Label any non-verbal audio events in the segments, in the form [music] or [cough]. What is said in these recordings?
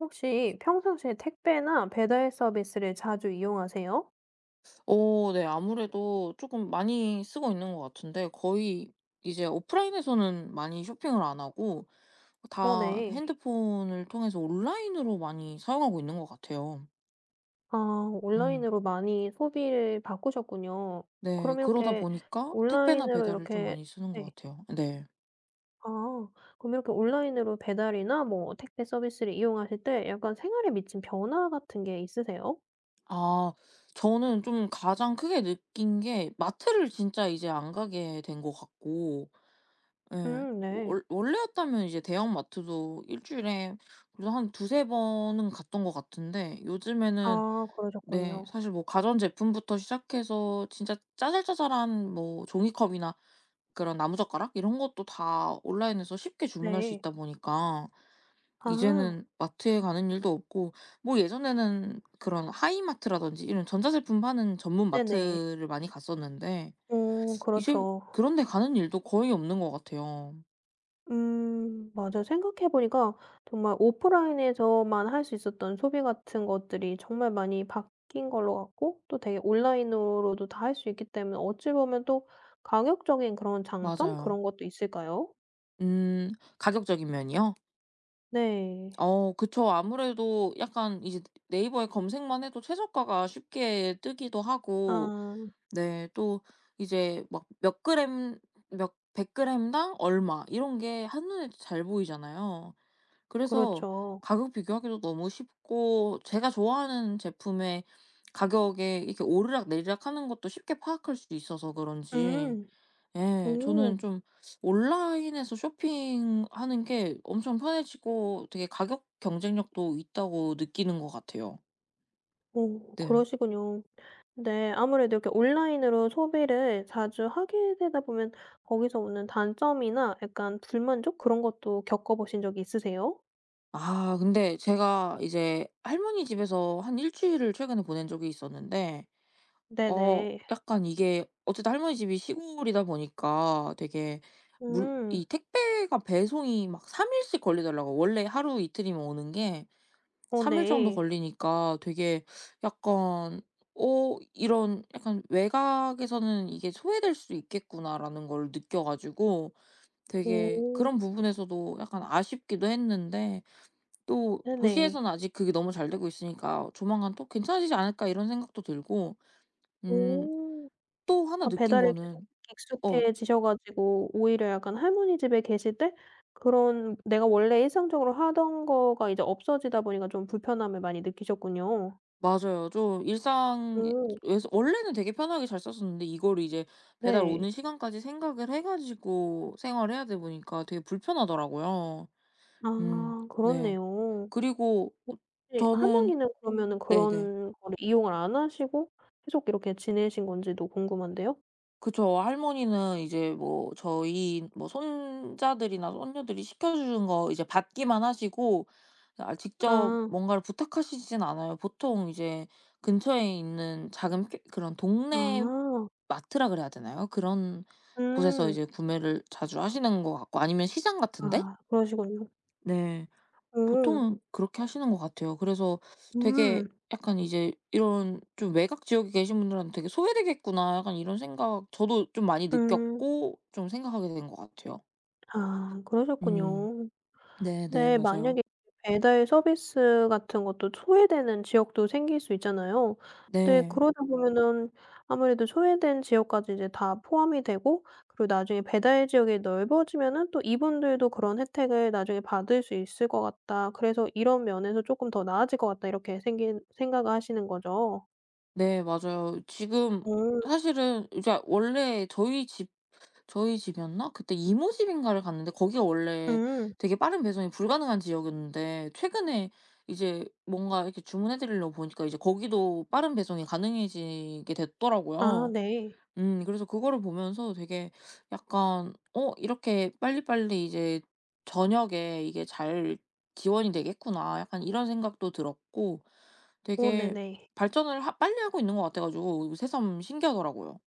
혹시 평상시에 택배나 배달 서비스를 자주 이용하세요? 어 네. 아무래도 조금 많이 쓰고 있는 것 같은데 거의 이제 오프라인에서는 많이 쇼핑을 안 하고 어, 다 네. 핸드폰을 통해서 온라인으로 많이 사용하고 있는 것 같아요. 아, 음. 온라인으로 많이 소비를 바꾸셨군요. 네. 그럼 그러다 이렇게 보니까 택배나 온라인으로 배달을 좀 이렇게 많이 쓰는 것 네. 같아요. 네. 아, 그럼 이렇게 온라인으로 배달이나 뭐 택배 서비스를 이용하실 때 약간 생활에 미친 변화 같은 게 있으세요? 아 저는 좀 가장 크게 느낀 게 마트를 진짜 이제 안 가게 된 것 같고. 예. 네. 원 원래였다면 이제 대형마트도 일 주일에 그래도 한 두세 번은 갔던 것 같은데 요즘에는. 아, 네 그러셨군요. 사실 뭐 가전제품부터 시작해서 진짜 짜잘짜잘한 뭐 종이컵이나 그런 나무젓가락 이런 것도 다 온라인에서 쉽게 주문할 수 네. 있다 보니까 아, 이제는 마트에 가는 일도 없고. 뭐 예전에는 그런 하이마트라든지 이런 전자제품 파는 전문 네네. 마트를 많이 갔었는데 이제 그렇죠. 그런 데 가는 일도 거의 없는 것 같아요. 맞아 생각해 보니까 정말 오프라인에서만 할 수 있었던 소비 같은 것들이 정말 많이 바뀐 걸로 같고 또 되게 온라인으로도 다 할 수 있기 때문에 어찌 보면 또 가격적인 그런 장점 맞아요. 그런 것도 있을까요? 음. 가격적인 면이요? 네. 어 그쵸. 아무래도 약간 이제 네이버에 검색만 해도 최저가가 쉽게 뜨기도 하고. 아 네 또 이제 막 몇 그램 몇 백 그램당 얼마 이런 게 한눈에 잘 보이잖아요. 그래서 그렇죠. 가격 비교하기도 너무 쉽고 제가 좋아하는 제품의 가격에 이렇게 오르락내리락하는 것도 쉽게 파악할 수 있어서 그런지. 음. 예. 오. 저는 좀 온라인에서 쇼핑하는 게 엄청 편해지고 되게 가격 경쟁력도 있다고 느끼는 것 같아요. 오 네. 그러시군요. 네. 아무래도 이렇게 온라인으로 소비를 자주 하게 되다 보면 거기서 오는 단점이나 약간 불만족 그런 것도 겪어 보신 적이 있으세요? 아 근데 제가 이제 할머니 집에서 한 일 주일을 최근에 보낸 적이 있었는데 어 네네. 약간 이게 어쨌든 할머니 집이 시골이다 보니까 되게 물 음. 이 택배가 배송이 막 3 일씩 걸리더라고. 원래 하루 이틀이면 오는 게 어 3일 정도 네. 걸리니까 되게 약간 '어 이런 약간 외곽에서는 이게 소외될 수 있겠구나.'라는 걸 느껴 가지고 되게 오. 그런 부분에서도 약간 아쉽기도 했는데 또 네네. 도시에서는 아직 그게 너무 잘 되고 있으니까 '조만간 또 괜찮아지지 않을까.' 이런 생각도 들고. 음 오. 또나 그러니까 느낀 배달에 계속 거는 어 익숙해지셔 가지고 오히려 약간 할머니 집에 계실 때 그런 내가 원래 일상적으로 하던 거가 이제 없어지다 보니까 좀 불편함을 많이 느끼셨군요. 맞아요. 좀 일상에 오. 서 원래는 되게 편하게 잘 썼었는데 이거를 이제 배달 오는 네. 시간까지 생각을 해 가지고 생활해야 돼 보니까 되게 불편하더라고요. 아 음 네. 그렇네요. 그리고 어 네. 저는 할머니는 그러면은 네네. 그런 거를 이용을 안 하시고 계속 이렇게 지내신 건지도 궁금한데요. 그쵸. 할머니는 이제 뭐 저희 뭐 손자들이나 손녀들이 시켜 주는 거 이제 받기만 하시고 아 직접 아. 뭔가를 부탁하시진 않아요. 보통 이제 근처에 있는 작은 피 그런 동네 아. 마트라 그래야 되나요? 그런 곳에서 음. 이제 구매를 자주 하시는 것 같고 아니면 시장 같은데? 아 그러시군요. 네. 음. 보통은 그렇게 하시는 것 같아요. 그래서 되게 음. 약간 이제 이런 좀 외곽 지역에 계신 분들한테 되게 '소외되겠구나.' 약간 이런 생각 저도 좀 많이 음. 느꼈고 좀 생각하게 된 것 같아요. 아 음. 그러셨군요. 네네. 근데 맞아요. 만약에 배달 서비스 같은 것도 소외되는 지역도 생길 수 있잖아요. 근데 네. 그러다 보면은 아무래도 소외된 지역까지 이제 다 포함이 되고 그리고 나중에 배달 지역이 넓어지면은 또 이분들도 그런 혜택을 나중에 받을 수 있을 것 같다. 그래서 '이런 면에서 조금 더 나아질 것 같다.' 이렇게 생긴 생각을 하시는 거죠? 네 맞아요. 지금 음. 사실은 이제 원래 저희 집 저희 집이었나? 그때 이모 집인가를 갔는데 거기가 원래 음. 되게 빠른 배송이 불가능한 지역이었는데 최근에 이제 뭔가 이렇게 주문해 드리려고 보니까 이제 거기도 빠른 배송이 가능해지게 아 됐더라고요. 네. 그래서 그거를 보면서 되게 약간 '어 이렇게 빨리빨리 이제 저녁에 이게 잘 지원이 되겠구나.' 약간 이런 생각도 들었고 오 되게 네네. 발전을 하 빨리 하고 있는 것 같아 가지고 새삼 신기하더라고요.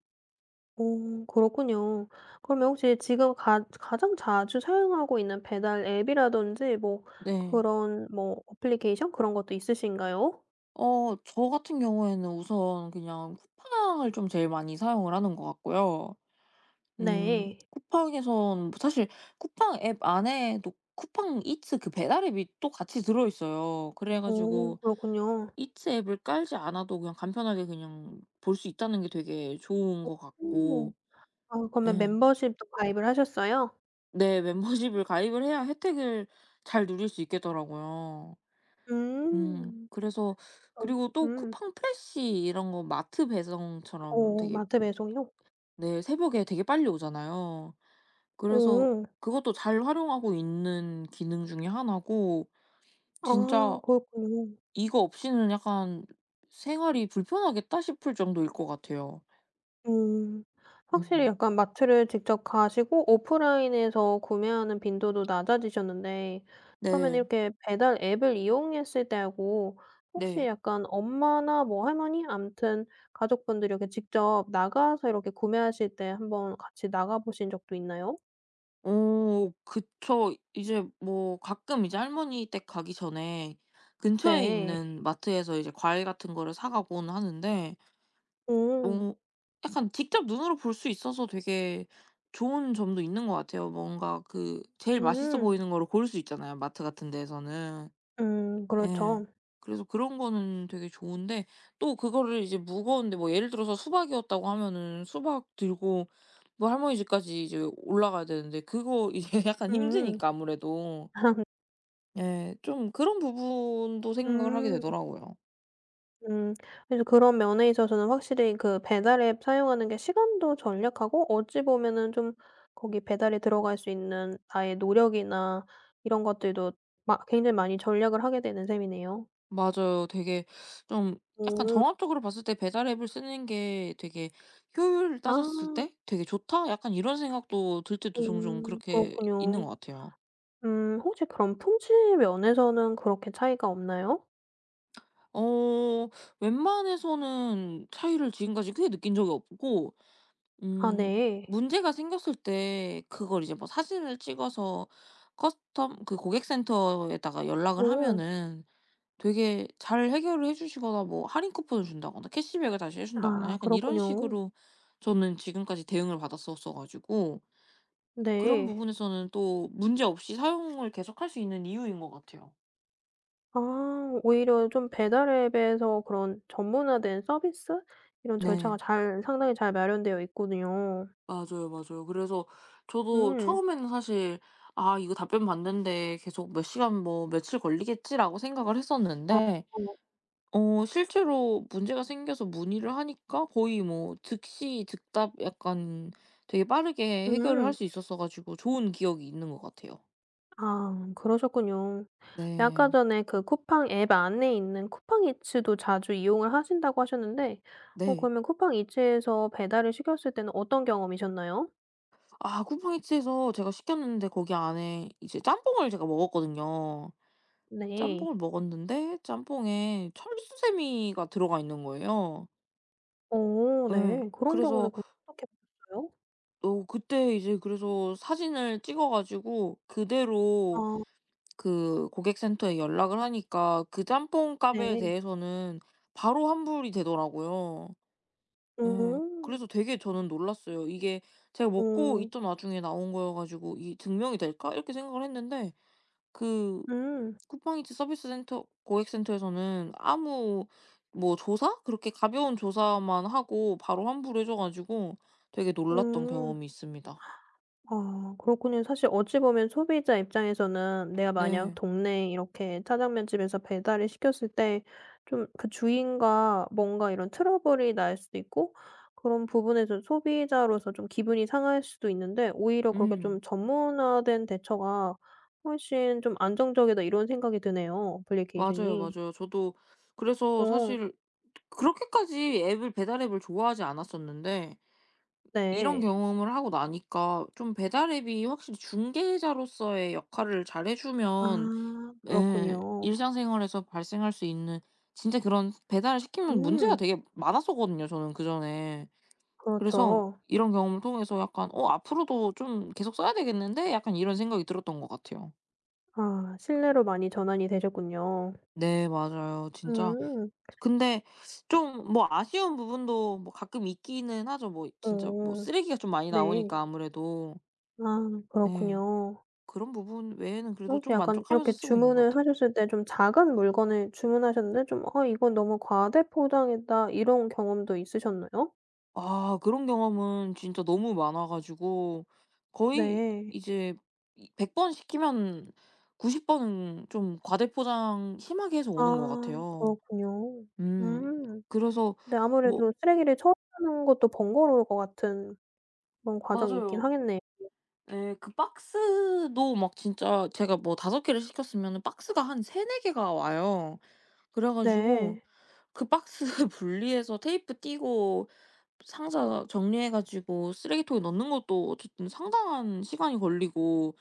오 그렇군요. 그러면 혹시 지금 가 가장 자주 사용하고 있는 배달 앱이라든지 뭐 네. 그런 뭐 어플리케이션 그런 것도 있으신가요? 어 저 같은 경우에는 우선 그냥 쿠팡을 좀 제일 많이 사용을 하는 것 같고요. 네. 쿠팡에선 사실 쿠팡 앱 안에도 쿠팡 이츠 그 배달 앱이 또 같이 들어있어요. 그래 오 가지고 그렇군요. 이츠 앱을 깔지 않아도 그냥 간편하게 그냥 볼 수 있다는 게 되게 좋은 것 오. 같고. 아 그러면 예. 멤버십도 가입을 하셨어요? 네. [laughs] 멤버십을 가입을 해야 혜택을 잘 누릴 수 있겠더라고요. 음. 그래서 어 그리고 또 음. 쿠팡 프레시 이런 거 마트 배송처럼 오 되게, 마트 배송이요? 네 새벽에 되게 빨리 오잖아요. 그래서 오 그것도 잘 활용하고 있는 기능 중에 하나고 아 진짜 그렇군요. '이거 없이는 약간 생활이 불편하겠다.' 싶을 정도일 것 같아요. 음. 확실히 음. 약간 마트를 직접 가시고 오프라인에서 구매하는 빈도도 낮아지셨는데 그러면 네. 이렇게 배달 앱을 이용했을 때하고 혹시 네. 약간 엄마나 뭐 할머니 아무튼 가족분들이 이렇게 직접 나가서 이렇게 구매하실 때 한번 같이 나가 보신 적도 있나요? 어 그쵸. 이제 뭐 가끔 이제 할머니 댁 가기 전에 근처에 네. 있는 마트에서 이제 과일 같은 거를 사 가곤 하는데 음. 뭐 약간 직접 눈으로 볼 수 있어서 되게 좋은 점도 있는 것 같아요. 뭔가 그 제일 맛있어 음. 보이는 거를 고를 수 있잖아요 마트 같은 데에서는. 음. 예. 그렇죠. 그래서 그런 거는 되게 좋은데 또 그거를 이제 무거운데 뭐 예를 들어서 수박이었다고 하면은 수박 들고 뭐 할머니 집까지 이제 올라가야 되는데 그거 이제 [laughs] 약간 음. 힘드니까 아무래도. [laughs] 예. 좀 그런 부분도 생각을 하게 음. 되더라고요. 음. 그래서 그런 면에 있어서는 확실히 그 배달 앱 사용하는 게 시간도 절약하고 어찌 보면은 좀 거기 배달에 들어갈 수 있는 나의 노력이나 이런 것들도 마 굉장히 많이 절약을 하게 되는 셈이네요. 맞아요. 되게 좀 약간 음. 종합적으로 봤을 때 '배달 앱을 쓰는 게 되게 효율 아. 따졌을 때 되게 좋다.' 약간 이런 생각도 들 때도 종종 음. 그렇게 있는 그렇군요. 것 같아요. 혹시 그럼 품질 면에서는 그렇게 차이가 없나요? 어 웬만해서는 차이를 지금까지 크게 느낀 적이 없고 아 음 네. 문제가 생겼을 때 그걸 이제 뭐 사진을 찍어서 커스텀 그 고객센터에다가 연락을 오. 하면은 되게 잘 해결을 해 주시거나 뭐 할인 쿠폰을 준다거나 캐시백을 다시 해 준다거나 아 약간 이런 그렇군요. 식으로 저는 지금까지 대응을 받았었어 가지고 그런 네. 부분에서는 또 문제없이 사용을 계속할 수 있는 이유인 것 같아요. 아 오히려 좀 배달 앱에서 그런 전문화된 서비스 이런 절차가 네. 잘 상당히 잘 마련되어 있군요. 맞아요, 맞아요. 그래서 저도 음. 처음에는 사실 '아 이거 답변 받는데 계속 몇 시간 뭐 며칠 걸리겠지.'라고 생각을 아. 했었는데 어 실제로 문제가 생겨서 문의를 하니까 거의 뭐 즉시 즉답 약간 되게 빠르게 해결을 할 음. 수 있었어 가지고 좋은 기억이 있는 것 같아요. 아 그러셨군요. 네 아까 네. 전에 그 쿠팡 앱 안에 있는 쿠팡 이츠도 자주 이용을 하신다고 하셨는데 어 네. 그러면 쿠팡 이츠에서 배달을 시켰을 때는 어떤 경험이셨나요? 아 쿠팡이츠에서 제가 시켰는데 거기 안에 이제 짬뽕을 제가 먹었거든요. 네. 짬뽕을 먹었는데 짬뽕에 철수세미가 들어가 있는 거예요. 오, 예. 네. 그런 경우는 그래서 그럼 어떻게 하셨어요? 어 그때 이제 그래서 사진을 찍어 가지고 그대로 아 그 고객센터에 연락을 하니까 그 짬뽕 값에 네. 대해서는 바로 환불이 되더라고요. 예. 오. 그래서 되게 저는 놀랐어요. 이게 제가 먹고 오, 있던 와중에 나온 거여 가지고 '이 증명이 될까?' 이렇게 생각을 했는데 그 음. 쿠팡이츠 서비스 센터 고객센터에서는 아무 뭐 조사? 그렇게 가벼운 조사만 하고 바로 환불해 줘 가지고 되게 놀랐던 음. 경험이 있습니다. 아 그렇군요. 사실 어찌 보면 소비자 입장에서는 내가 만약 네. 동네에 이렇게 짜장면 집에서 배달을 시켰을 때 좀 그 주인과 뭔가 이런 트러블이 날 수도 있고 그런 부분에서 소비자로서 좀 기분이 상할 수도 있는데 오히려 그렇게 좀 음. 전문화된 대처가 훨씬 좀 '안정적이다.' 이런 생각이 드네요, 어플리케이션 맞아요, 이 맞아요. 저도 그래서 어 사실 그렇게까지 앱을 배달 앱을 좋아하지 않았었는데 이런 네. 경험을 하고 나니까 좀 배달 앱이 확실히 중개자로서의 역할을 잘해 아 주면. 예. 그렇군요. 일상생활에서 발생할 수 있는 진짜 그런 배달을 시키면 문제가 음 되게 많았었거든요 저는 그전에. 그래서 그렇죠. 이런 경험을 통해서 약간 '어 앞으로도 좀 계속 써야 되겠는데?' 약간 이런 생각이 들었던 것 같아요. 아 실내로 많이 전환이 되셨군요. 네 맞아요. 진짜 음. 근데 좀 뭐 아쉬운 부분도 뭐 가끔 있기는 하죠. 뭐 진짜 뭐 어. 쓰레기가 좀 많이 네. 나오니까 아무래도. 아 예. 그렇군요. 그런 부분 외에는 그래도 혹시 좀 약간 만족하면서 이렇게 쓰고 있는 것 주문을 같아요. 하셨을 때 좀 작은 물건을 주문하셨는데 좀 '아 이건 너무 과대 포장했다.' 이런 경험도 있으셨나요? 아 그런 경험은 진짜 너무 많아 가지고 거의 네. 이제 백100번 시키면 90 번은 좀 과대포장 심하게 해서 오는 것 아 같아요. 그렇군요. 음. 음. 그래서 근데 뭐 아무래도 쓰레기를 처리하는 것도 번거로울 것 같은 그런 과정이 있긴 맞아요. 하겠네요. 예. 그 박스도 막 진짜 제가 뭐 5 개를 시켰으면 박스가 한 3-4 개가 와요. 그래 가지고 네. 그 박스 [laughs] 분리해서 테이프 떼고 상자 정리해 가지고 쓰레기통에 넣는 것도 어쨌든 상당한 시간이 걸리고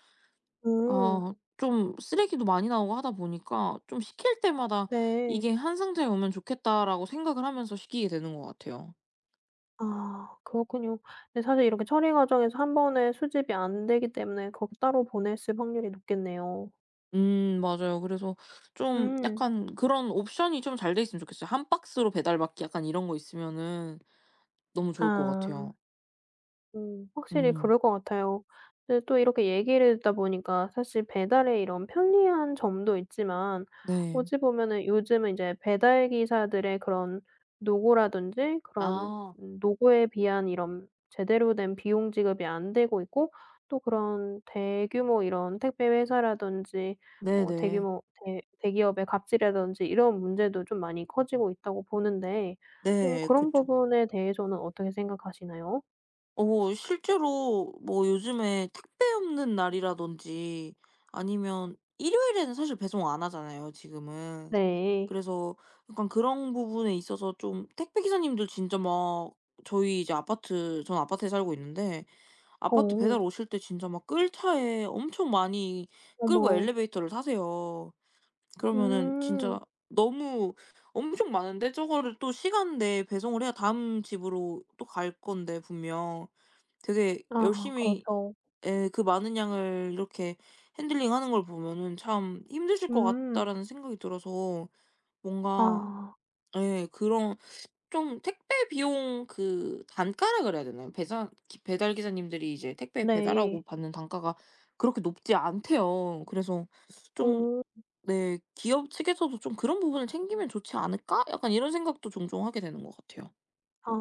음. 아 좀 쓰레기도 많이 나오고 하다 보니까 좀 시킬 때마다 네. '이게 한 상자에 오면 좋겠다.'라고 생각을 하면서 시키게 되는 것 같아요. 아 그렇군요. 근데 사실 이렇게 처리 과정에서 한 번에 수집이 안 되기 때문에 거기 따로 보냈을 확률이 높겠네요. 맞아요. 그래서 좀 음. 약간 그런 옵션이 좀 잘 돼 있으면 좋겠어요. 한 박스로 배달받기 약간 이런 거 있으면은 너무 좋을 것 아. 같아요. 확실히 음 그럴 것 같아요. 근데 또 이렇게 얘기를 듣다 보니까 사실 배달의 이런 편리한 점도 있지만 네. 어찌 보면은 요즘은 이제 배달 기사들의 그런 노고라든지 그런 아 노고에 비한 이런 제대로 된 비용 지급이 안 되고 있고 또 그런 대규모 이런 택배 회사라든지 네네. 대규모 대 대기업의 갑질이라든지 이런 문제도 좀 많이 커지고 있다고 보는데 네. 그런 그쵸. 부분에 대해서는 어떻게 생각하시나요? 어 실제로 뭐 요즘에 택배 없는 날이라든지 아니면 일요일에는 사실 배송 안 하잖아요 지금은. 네. 그래서 약간 그런 부분에 있어서 좀 택배 기사님들 진짜 막 저희 이제 아파트 저는 아파트에 살고 있는데 아파트 어. 배달 오실 때 진짜 막 끌 차에 엄청 많이 끌고 어머. 엘리베이터를 타세요. 그러면은 음. 진짜 너무 엄청 많은데 저거를 또 시간 내에 배송을 해야 다음 집으로 또 갈 건데 분명. 되게 아 열심히 그렇죠. 에 그 많은 양을 이렇게 핸들링하는 걸 보면은 참 '힘드실 것 음. 같다.'라는 생각이 들어서 뭔가 아 예 그런 좀 택배 비용 그 단가라 그래야 되나요? 배달 기사님들이 이제 택배 배달하고 네. 받는 단가가 그렇게 높지 않대요. 그래서 좀. 어. 네. '기업 측에서도 좀 그런 부분을 챙기면 좋지 않을까?' 약간 이런 생각도 종종 하게 되는 것 같아요. 아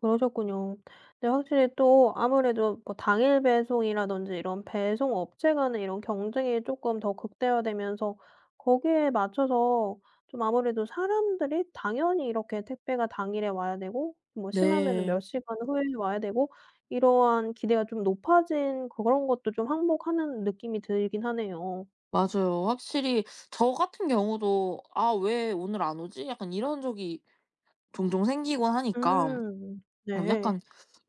그러셨군요. 근데 확실히 또 아무래도 뭐 당일 배송이라든지 이런 배송 업체 간의 이런 경쟁이 조금 더 극대화되면서 거기에 맞춰서 좀 아무래도 사람들이 당연히 이렇게 택배가 당일에 와야 되고 뭐 심하면 네. 몇 시간 후에 와야 되고 이러한 기대가 좀 높아진 그런 것도 좀 항복하는 느낌이 들긴 하네요. 맞아요. 확실히 저 같은 경우도 '아 왜 오늘 안 오지?' 약간 이런 적이 종종 생기곤 하니까 음. 어 네. 약간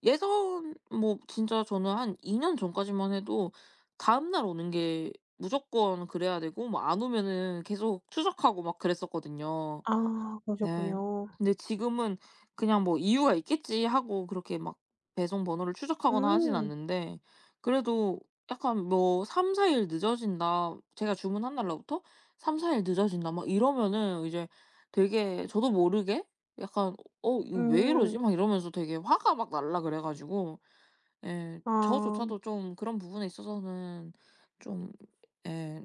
예전 뭐 진짜 저는 한 2년 전까지만 해도 다음 날 오는 게 무조건 그래야 되고 뭐 안 오면은 계속 추적하고 막 그랬었거든요. 아 네. 그러셨군요. 근데 지금은 그냥 뭐 '이유가 있겠지.' 하고 그렇게 막 배송 번호를 추적하거나 하진 음. 않는데 그래도 약간 뭐 '3-4 일 늦어진다.' 제가 주문한 날로부터 '3-4 일 늦어진다.' 막 이러면은 이제 되게 저도 모르게 약간 '어 이거 왜 음. 이러지?' 막 이러면서 되게 화가 막 날라 그래 가지고 예 아. 저조차도 좀 그런 부분에 있어서는 좀, 예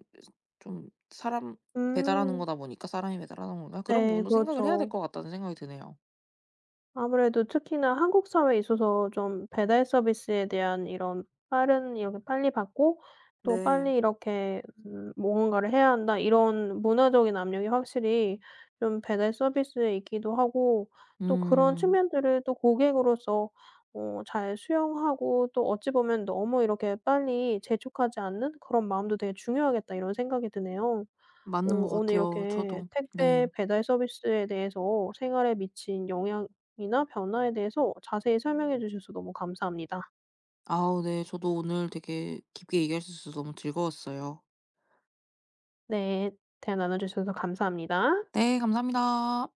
좀 사람 배달하는 음. 거다 보니까 사람이 배달하는 건가? 그런 네 부분도 생각을 해야 될 그렇죠. 것 같다는 생각이 드네요. 아무래도 특히나 한국 사회에 있어서 좀 배달 서비스에 대한 이런 빠른 이렇게 빨리 받고 또 네. 빨리 이렇게 무언가를 해야 한다 이런 문화적인 압력이 확실히 좀 배달 서비스에 있기도 하고 또 그런 음. 측면들을 또 고객으로서 잘 수용하고 또 어찌 보면 '너무 이렇게 빨리 재촉하지 않는 그런 마음도 되게 중요하겠다.' 이런 생각이 드네요. 맞는 것 오늘 같아요 이렇게 저도. 택배 네. 배달 서비스에 대해서 생활에 미친 영향이나 변화에 대해서 자세히 설명해 주셔서 너무 감사합니다. 아우 네. 저도 오늘 되게 깊게 얘기할 수 있어서 너무 즐거웠어요. 네. 대화 나눠 주셔서 감사합니다. 네. 감사합니다.